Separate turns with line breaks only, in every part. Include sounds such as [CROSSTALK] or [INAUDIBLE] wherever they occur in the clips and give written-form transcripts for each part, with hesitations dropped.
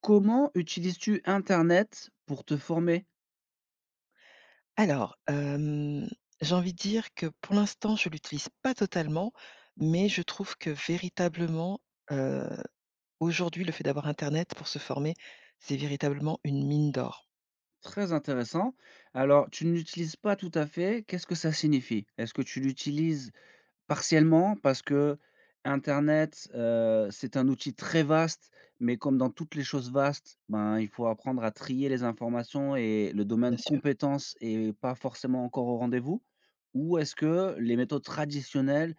Comment utilises-tu internet pour te former?
Alors, hem, j'ai envie de dire que pour l'instant, je l'utilise pas totalement, mais je trouve que véritablement, heu, aujourd'hui, le fait d'avoir internet pour se former, c'est véritablement une mine d'or,
Très intéressant. Alors, tu ne l'utilises pas tout à fait, qu'est-ce que ça signifie? Est-ce que tu l'utilises partiellement parce que internet, c'est un outil très vaste, mais comme dans toutes les choses vastes, ben, il faut apprendre à trier les informations et le domaine
bien sûr.
compétence est pas forcément encore au rendez-vous? Ou est-ce que les méthodes traditionnelles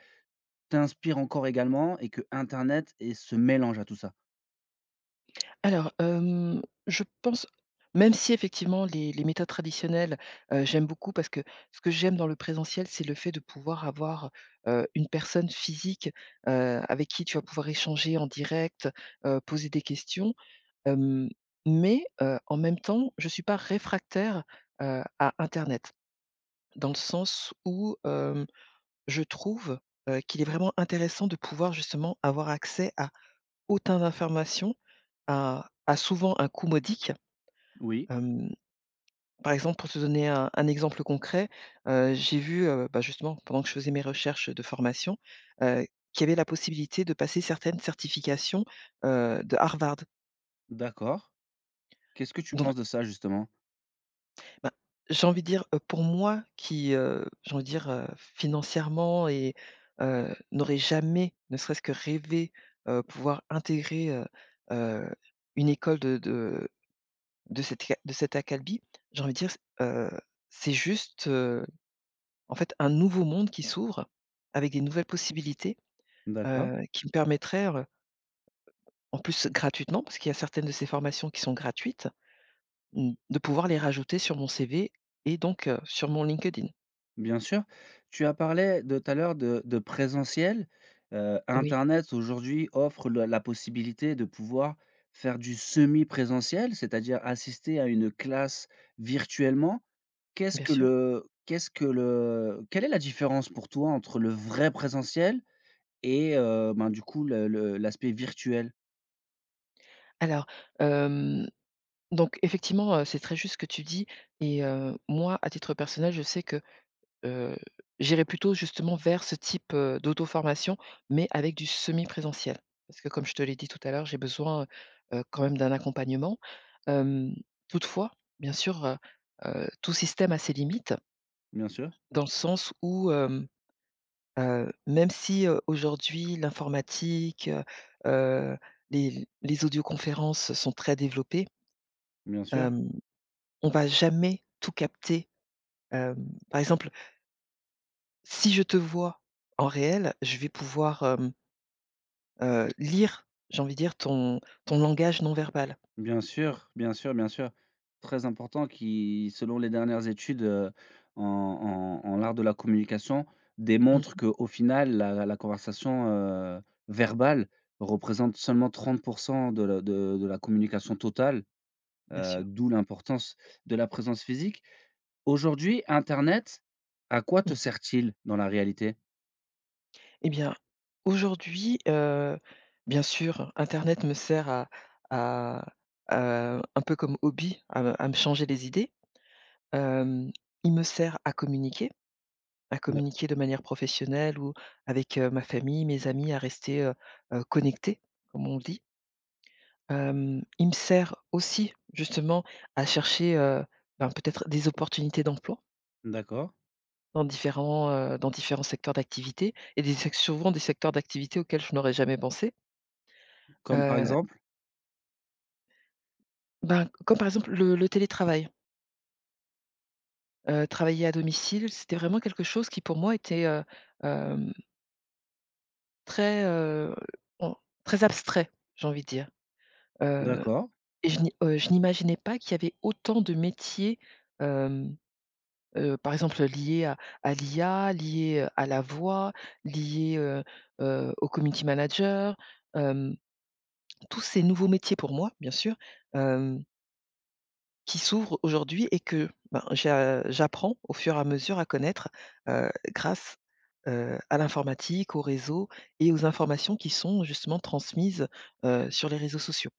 t'inspirent encore également et que internet est ce mélange à tout ça?
Alors, hem, je pense même si effectivement les méthodes traditionnelles, j'aime beaucoup parce que ce que j'aime dans le présentiel, c'est le fait de pouvoir avoir, une personne physique, avec qui tu vas pouvoir échanger en direct, poser des questions. Hem, mais en même temps, je ne suis pas réfractaire, à internet. Dans le sens où, je trouve, qu'il est vraiment intéressant de pouvoir justement avoir accès à autant d'informations, à souvent un coût modique.
Oui,
Hem, par exemple, pour te donner un exemple concret, j'ai vu, bah, justement pendant que je faisais mes recherches de formation, heu, qu'il y avait la possibilité de passer certaines certifications, de Harvard.
d'accord. Qu'est-ce que tu
Donc
penses de ça justement?
ben, j'ai envie de dire, pour moi qui, j'ai envie de dire, financièrement et n'aurait jamais, ne serait-ce que rêvé, pouvoir intégrer, heu, une école de cette ca de cette acalmie, j'ai envie de dire, heu, c'est juste, en fait, un nouveau monde qui s'ouvre avec des nouvelles possibilités,
D'accord,
qui me permettraient, en plus gratuitement, parce qu'il y a certaines de ces formations qui sont gratuites, mmh, de pouvoir les rajouter sur mon CV et donc, sur mon LinkedIn.
bien sûr. Tu as parlé de tout à l'heure de présentiel.
Oui.
Internet aujourd'hui offre le la possibilité de pouvoir faire du semi-présentiel, c'est-à-dire assister à une classe virtuellement.
Bien sûr.
Qu'est-ce que le Quelle est la différence pour toi entre le vrai présentiel et ben, du coup le l'aspect virtuel?
Alors, hem, donc effectivement, c'est très juste ce que tu dis et moi, à titre personnel, je sais que, heu, j'irai plutôt justement vers ce type, d'auto-formation, mais avec du semi-présentiel. Parce que comme je te l'ai dit tout à l'heure, j'ai besoin, quand même d'un accompagnement. Hem, toutefois, bien sûr, tout système a ses limites,
Bien sûr,
dans le sens où, même si, aujourd'hui l'informatique, heu, les audioconférences sont très développées.
bien sûr.
Hem, on va jamais tout capter. Hem, par exemple, si je te vois en réel, je vais pouvoir, lire, j'ai envie de dire ton langage non verbal.
Bien sûr, bien sûr, bien sûr. Très important qui, selon les dernières études, en en l'art de la communication, démontrent
Mmh,
qu'au final, la conversation, verbale représente seulement 30 de la communication totale,
bien sûr.
d'où l'importance de la présence physique. Aujourd'hui, internet, à quoi te
Mmh.
sert-il dans la réalité?
Eh bien, aujourd'hui, bien sûr, internet me sert à à un peu comme hobby, à me changer les idées. Hem, il me sert à
D'a
communiquer de manière professionnelle ou avec, ma famille, mes amis, à rester, connectée, comme on dit. Hem, il me sert aussi justement à chercher, ben, peut-être des opportunités d'emploi
d'accord.
dans différents secteurs d'activité et des sec souvent des secteurs d'activité auxquels je n'aurais jamais pensé.
Comme par
Heu,
exemple?
ben, comme par exemple le télétravail. Travailler à domicile, c'était vraiment quelque chose qui pour moi était, hem, très, on très abstrait, j'ai envie de dire. Heu
D'accord.
je n'imaginais pas qu'il y avait autant de métiers, hem par exemple liées à l'IA, liées, à la voix, liées, au community manager, hem, tous ces nouveaux métiers pour moi, bien sûr, hem, qui s'ouvrent aujourd'hui et que, ben, j'apprends au fur et à mesure à connaître, grâce, à l'informatique, aux réseaux et aux informations qui sont justement transmises, sur les réseaux sociaux.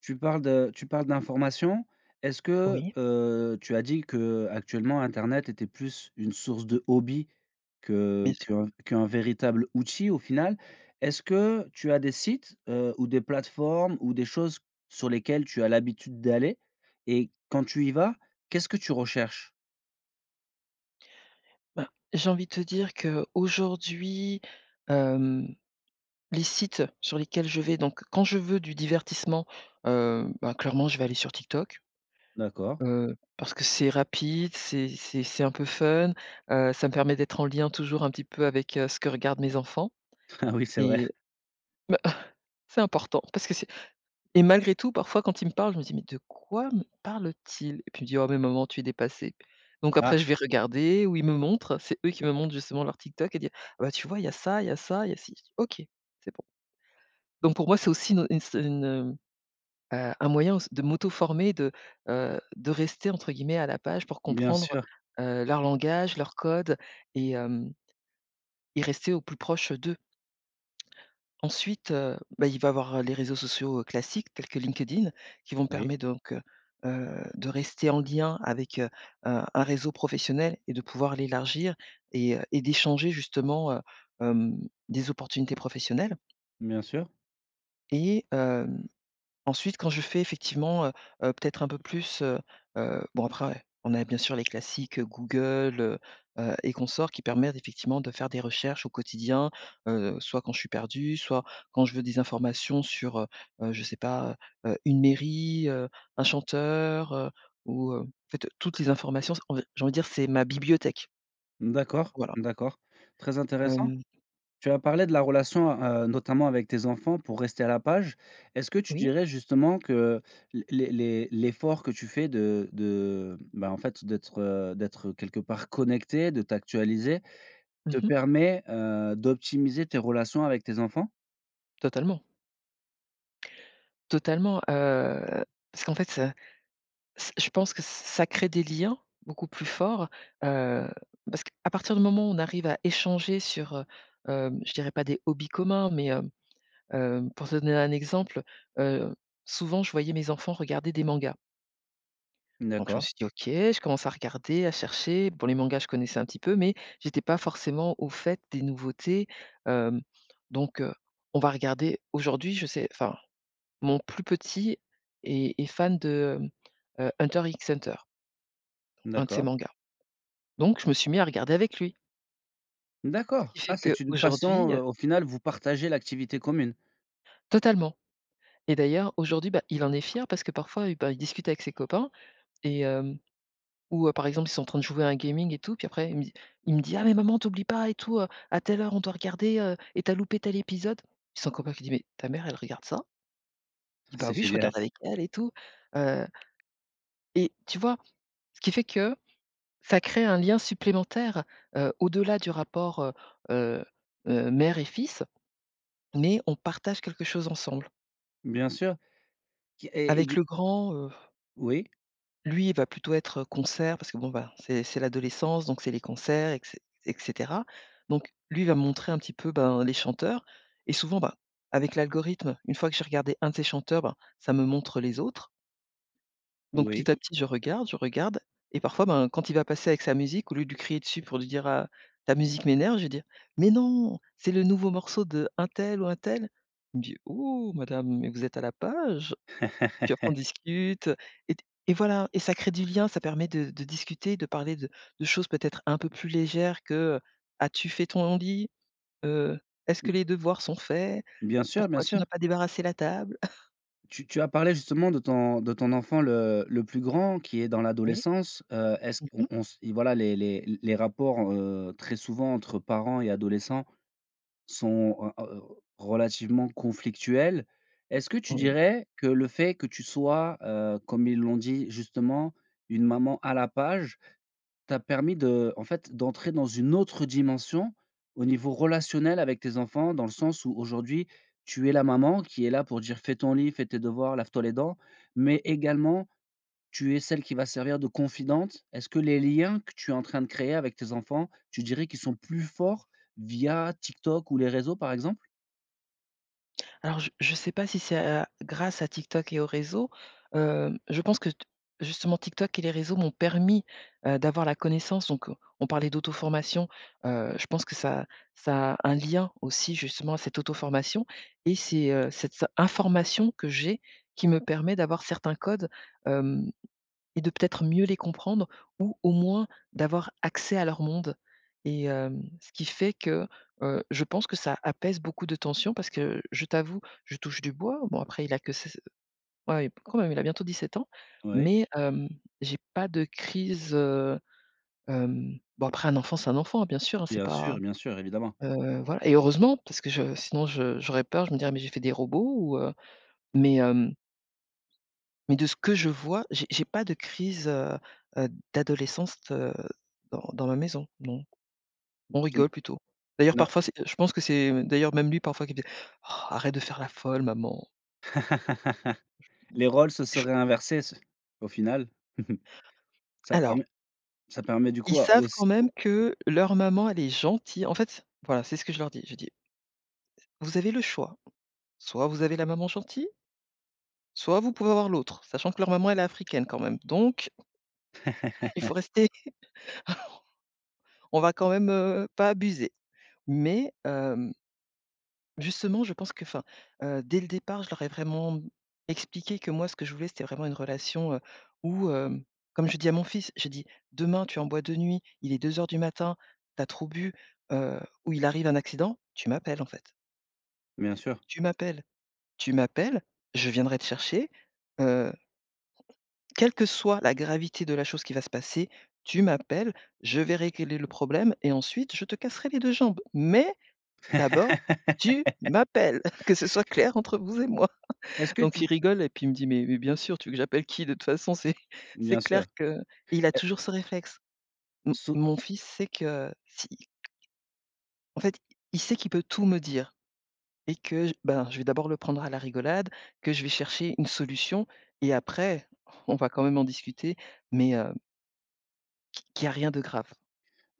Tu parles d'information. Est-ce que,
Oui,
tu as dit que actuellement internet était plus une source de hobby que
bien sûr.
qu'un véritable outil au final. Est-ce que tu as des sites, ou des plateformes ou des choses sur lesquelles tu as l'habitude d'aller? Et quand tu y vas, qu'est-ce que tu recherches?
Ben, j'ai envie de te dire que aujourd'hui. Les sites sur lesquels je vais, donc quand je veux du divertissement, bah, clairement je vais aller sur TikTok,
D'accord.
parce que c'est rapide, c'est un peu fun, ça me permet d'être en lien toujours un petit peu avec, ce que regardent mes enfants
[LAUGHS] Ah oui, c'est vrai.
et bah, [LAUGHS] c'est important parce que c'est et malgré tout parfois quand ils me parlent, je me dis: «Mais de quoi me parle-t-il?» et puis il me dit: «Oh mais maman tu es dépassée». Donc
Ah,
après je vais regarder ou ils me montrent, c'est eux qui me montrent justement leur TikTok et dire: «Ah bah tu vois il y a ça, il y a ça, il y a ci». Je dis: «OK, c'est bon». Donc pour moi c'est aussi une un moyen aussi de m'auto-former, de rester entre guillemets «à la page» pour
bien
comprendre,
sûr.
leur langage, leur code et hem et rester au plus proche d'eux. Ensuite, bah, il va y avoir les réseaux sociaux, classiques tels que LinkedIn qui vont me
Oui,
permettre donc, de rester en lien avec, un réseau professionnel et de pouvoir l'élargir et d'échanger justement, hem, des opportunités professionnelles
bien sûr.
et hem ensuite, quand je fais effectivement, peut-être un peu plus, bon après, ouais, on a bien sûr les classiques, Google, et consorts qui permettent effectivement de faire des recherches au quotidien, soit quand je suis perdue, soit quand je veux des informations sur, je sais pas, une mairie, un chanteur, ou, en fait, toutes les informations, on va j'ai envie de dire, c'est ma bibliothèque.
D'accord,
Voilà.
d'accord. Très intéressant.
Hem
Tu as parlé de la relation, notamment avec tes enfants pour rester à la page. Est-ce que tu
oui,
dirais justement que l les l'effort que tu fais bah, en fait, d'être, d'être quelque part connecté, de t'actualiser,
mmh
te
mh,
permet, d'optimiser tes relations avec tes enfants?
totalement, totalement, parce qu'en fait, C je pense que ça crée des liens beaucoup plus forts, heu, parce qu'à partir du moment où on arrive à échanger sur, je dirais pas des hobbies communs, mais pour te donner un exemple, heu, souvent je voyais mes enfants regarder des mangas. Donc je me
D'accord,
suis dit: «OK», je commence à regarder, à chercher. Bon, les mangas, je connaissais un petit peu, mais j'étais pas forcément au fait des nouveautés, hem, donc on va regarder aujourd'hui, je sais enfin, mon plus petit est fan de, Hunter X Hunter, un de ses
d'accord,
mangas. Donc je me suis mis à regarder avec lui. Ce qui
d'accord.
fait
Ah, c'est une passion,
qu'aujourd'hui,
au final, vous partagez l'activité commune.
totalement et d'ailleurs aujourd'hui, bah, il en est fier parce que parfois, bah, il discute avec ses copains et hem, ou, par exemple, ils sont en train de jouer à un gaming et tout, puis après il me dit: «Ah mais maman, t'oublies pas et tout, à telle heure on doit regarder, et tu as loupé tel épisode». Puis son copain qui dit: «Mais ta mère elle regarde ça?» Il dit:
[LAUGHS]
«Bah
C'est
oui, je
génial.
regarde avec elle et tout». Heu tu vois? Ce qui fait que ça crée un lien supplémentaire, au-delà du rapport, heu mère et fils, mais on partage quelque chose ensemble.
Bien sûr. Qui et
Avec
du
le grand,
Oui,
lui, il va plutôt être concert parce que bon, bah, c'est l'adolescence, donc c'est les concerts et cé cetera. Donc lui, il va me montrer un petit peu, ben, les chanteurs et souvent, bah, avec l'algorithme, une fois que j'ai regardé un de ces chanteurs, ben, ça me montre les autres. Donc
oui.
petit à petit, je regarde et parfois, ben, quand il va passer avec sa musique, au lieu de lui crier dessus pour lui dire: «Ah, ta musique m'énerve», je vais dire: «Mais non, c'est le nouveau morceau de un tel ou un tel». Il me dit: «Oh madame, mais vous êtes à la page».
[LAUGHS]
Puis après on discute, et voilà et ça crée du lien, ça permet de discuter, de parler de choses peut-être un peu plus légères que, «As-tu fait ton lit? Heu, Est-ce que les devoirs sont faits?
Bien sûr, bien
Pourquoi tu
sûr.
n'as pas débarrassé la table?»
Tu as parlé justement de ton enfant le plus grand qui est dans
Oui.
l'adolescence, est-ce qu'on
Mmh.
on s et voilà les rapports, très souvent entre parents et adolescents sont, relativement conflictuels. Est-ce que tu dirais que le fait que tu sois, comme ils l'ont dit justement, une maman à la page, t'as permis de en fait, d'entrer dans une autre dimension au niveau relationnel avec tes enfants, dans le sens où aujourd'hui, tu es la maman qui est là pour dire: «Fais ton lit, fais tes devoirs, lave-toi les dents», mais également, tu es celle qui va servir de confidente. Est-ce que les liens que tu es en train de créer avec tes enfants, tu dirais qu'ils sont plus forts via TikTok ou les réseaux, par exemple?
Alors je ne sais pas si c'est à grâce à TikTok et aux réseaux, je pense que t justement TikTok et les réseaux m'ont permis, d'avoir la connaissance donc on parlait d'auto-formation, je pense que ça a un lien aussi justement à cette auto-formation et c'est, cette s information que j'ai qui me permet d'avoir certains codes, et de peut-être mieux les comprendre ou au moins d'avoir accès à leur monde ce qui fait que, je pense que ça apaise beaucoup de tensions parce que je t'avoue, je touche du bois. Bon après il a que s ouais, quand même, il a bientôt 17 ans,
Oui,
mais j'ai pas de crise, bon après un enfant, c'est un enfant, hein, bien sûr, hein, c'est pas,
bien sûr, évidemment.
voilà et heureusement parce que je sinon je j'aurais peur, je me dirais: «Mais j'ai fait des robots» ou mais hem mais de ce que je vois, j'ai pas de crise, heu, d'adolescence, dans ma maison, non. On
Tu n
rigole plutôt.
tu
D'ailleurs
n'as
parfois c'est je pense que c'est d'ailleurs même lui parfois qui me dit: «Oh arrête de faire la folle maman».
[LAUGHS] Les rôles se
Je
seraient inversés, s au final. [LAUGHS] Ça permet
alors,
Ça permet du
ils
coup à
savent
aussi
quand même que leur maman elle est gentille. En fait, voilà, c'est ce que je leur dis. Je dis: «Vous avez le choix. Soit vous avez la maman gentille, soit vous pouvez avoir l'autre». Sachant que leur maman elle est africaine quand même. Donc [LAUGHS] il faut rester on va quand même, pas abuser. Mais hem justement, je pense que, enfin, dès le départ, je leur ai vraiment expliqué que moi, ce que je voulais, c'était vraiment une relation, où, comme je dis à mon fils, je dis: «Demain, tu es en boîte de nuit, il est 2 heures du matin, t'as trop bu, heu, ou il arrive un accident, tu m'appelles en fait.
bien sûr.
Tu m'appelles, tu m'appelles, je viendrai te chercher, heu, quelle que soit la gravité de la chose qui va se passer, tu m'appelles, je verrai quel est le problème et ensuite je te casserai les 2 jambes. Mais d'abord,
[LAUGHS]
tu m'appelles, [LAUGHS] que ce soit clair entre vous et moi».
Est-ce que
Donc
tu
il rigole et puis il me dit: mais bien sûr, tu veux que j'appelle qui? De toute façon, c'est [LAUGHS] c'est
bien
clair
sûr,
que» et il a
heu,
toujours ce réflexe. M
sau
mon fils sait que si en fait, il sait qu'il peut tout me dire et que j ben, je vais d'abord le prendre à la rigolade, que je vais chercher une solution et après, on va quand même en discuter, mais qu'il y a rien de grave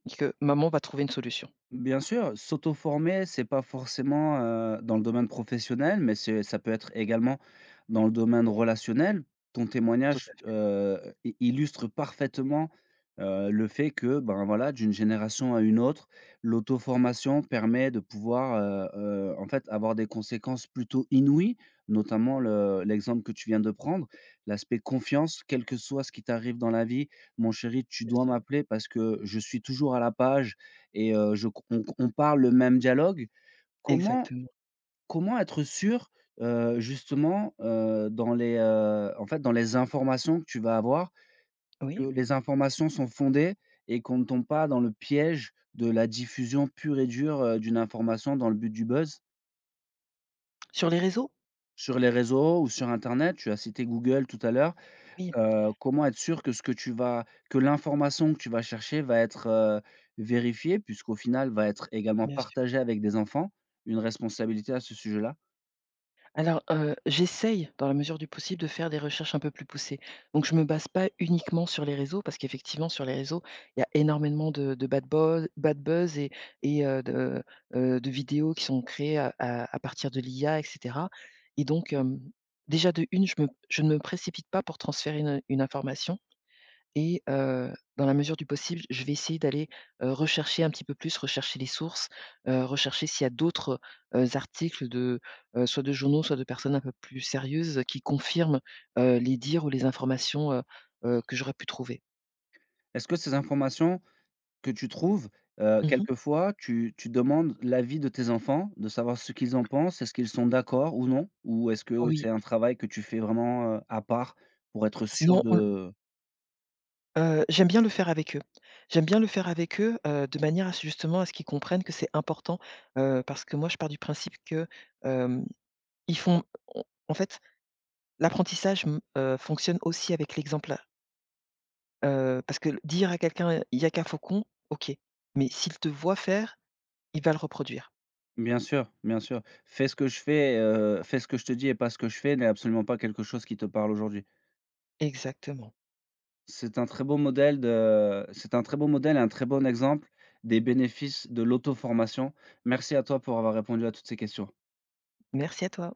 et que maman va trouver une solution.
bien
Voilà,
sûr, s'auto-former, c'est pas forcément, dans le domaine professionnel, mais c'est ça peut être également dans le domaine relationnel. Ton
tout
témoignage,
à fait,
i illustre parfaitement, le fait que, ben, voilà, d'une génération à une autre, l'auto-formation permet de pouvoir, en fait, avoir des conséquences plutôt inouïes, notamment le l'exemple que tu viens de prendre, l'aspect confiance. Quel que soit ce qui t'arrive dans la vie: «Mon chéri, tu
bien
dois
sûr.
m'appeler parce que je suis toujours à la page, et je co on parle le même dialogue. Comment
Exactement.
Comment être sûr, justement, dans les, en fait, dans les informations que tu vas avoir, que
Oui.
les informations sont fondées et qu'on ne tombe pas dans le piège de la diffusion pure et dure, d'une information dans le but du buzz?
Sur les réseaux?
Sur les réseaux ou sur internet? Tu as cité Google tout à l'heure.
Oui,
Comment être sûr que ce que tu vas que l'information que tu vas chercher va être, vérifiée puisqu'au final va être également
bien sûr.
partagée avec des enfants, une responsabilité à ce sujet-là?
Alors, j'essaye, dans la mesure du possible, de faire des recherches un peu plus poussées. Donc je me base pas uniquement sur les réseaux parce qu'effectivement sur les réseaux, il y a énormément de bad buzz et de vidéos qui sont créées à partir de l'IA et cetera et donc, déjà de une, je ne me précipite pas pour transférer une information. Et dans la mesure du possible, je vais essayer d'aller, rechercher un petit peu plus, rechercher les sources, rechercher s'il y a d'autres, articles de, soit de journaux, soit de personnes un peu plus sérieuses qui confirment, les dires ou les informations, que j'aurais pu trouver.
Est-ce que ces informations que tu trouves,
Mmh.
quelquefois tu demandes l'avis de tes enfants, de savoir ce qu'ils en pensent? Est-ce qu'ils sont d'accord ou non? Ou est-ce que c'est
Oui,
un travail que tu fais vraiment, à part pour être sûr
non, on l
de
j'aime bien le faire avec eux. J'aime bien le faire avec eux, de manière à ce justement à ce qu'ils comprennent que c'est important, parce que moi je pars du principe que, hem, ils font on en fait, l'apprentissage, mmh, fonctionne aussi avec l'exemple. Parce que dire à quelqu'un: «Il y a qu'un faucon», OK, mais s'il te voit faire, il va le reproduire.
bien sûr, bien sûr. Fais ce que je fais, fais ce que je te dis et pas ce que je fais n'est absolument pas quelque chose qui te parle aujourd'hui.
Exactement.
C'est un très beau modèle de c'est un très beau modèle et un très bon exemple des bénéfices de l'auto-formation. Merci à toi pour avoir répondu à toutes ces questions.
Merci à toi.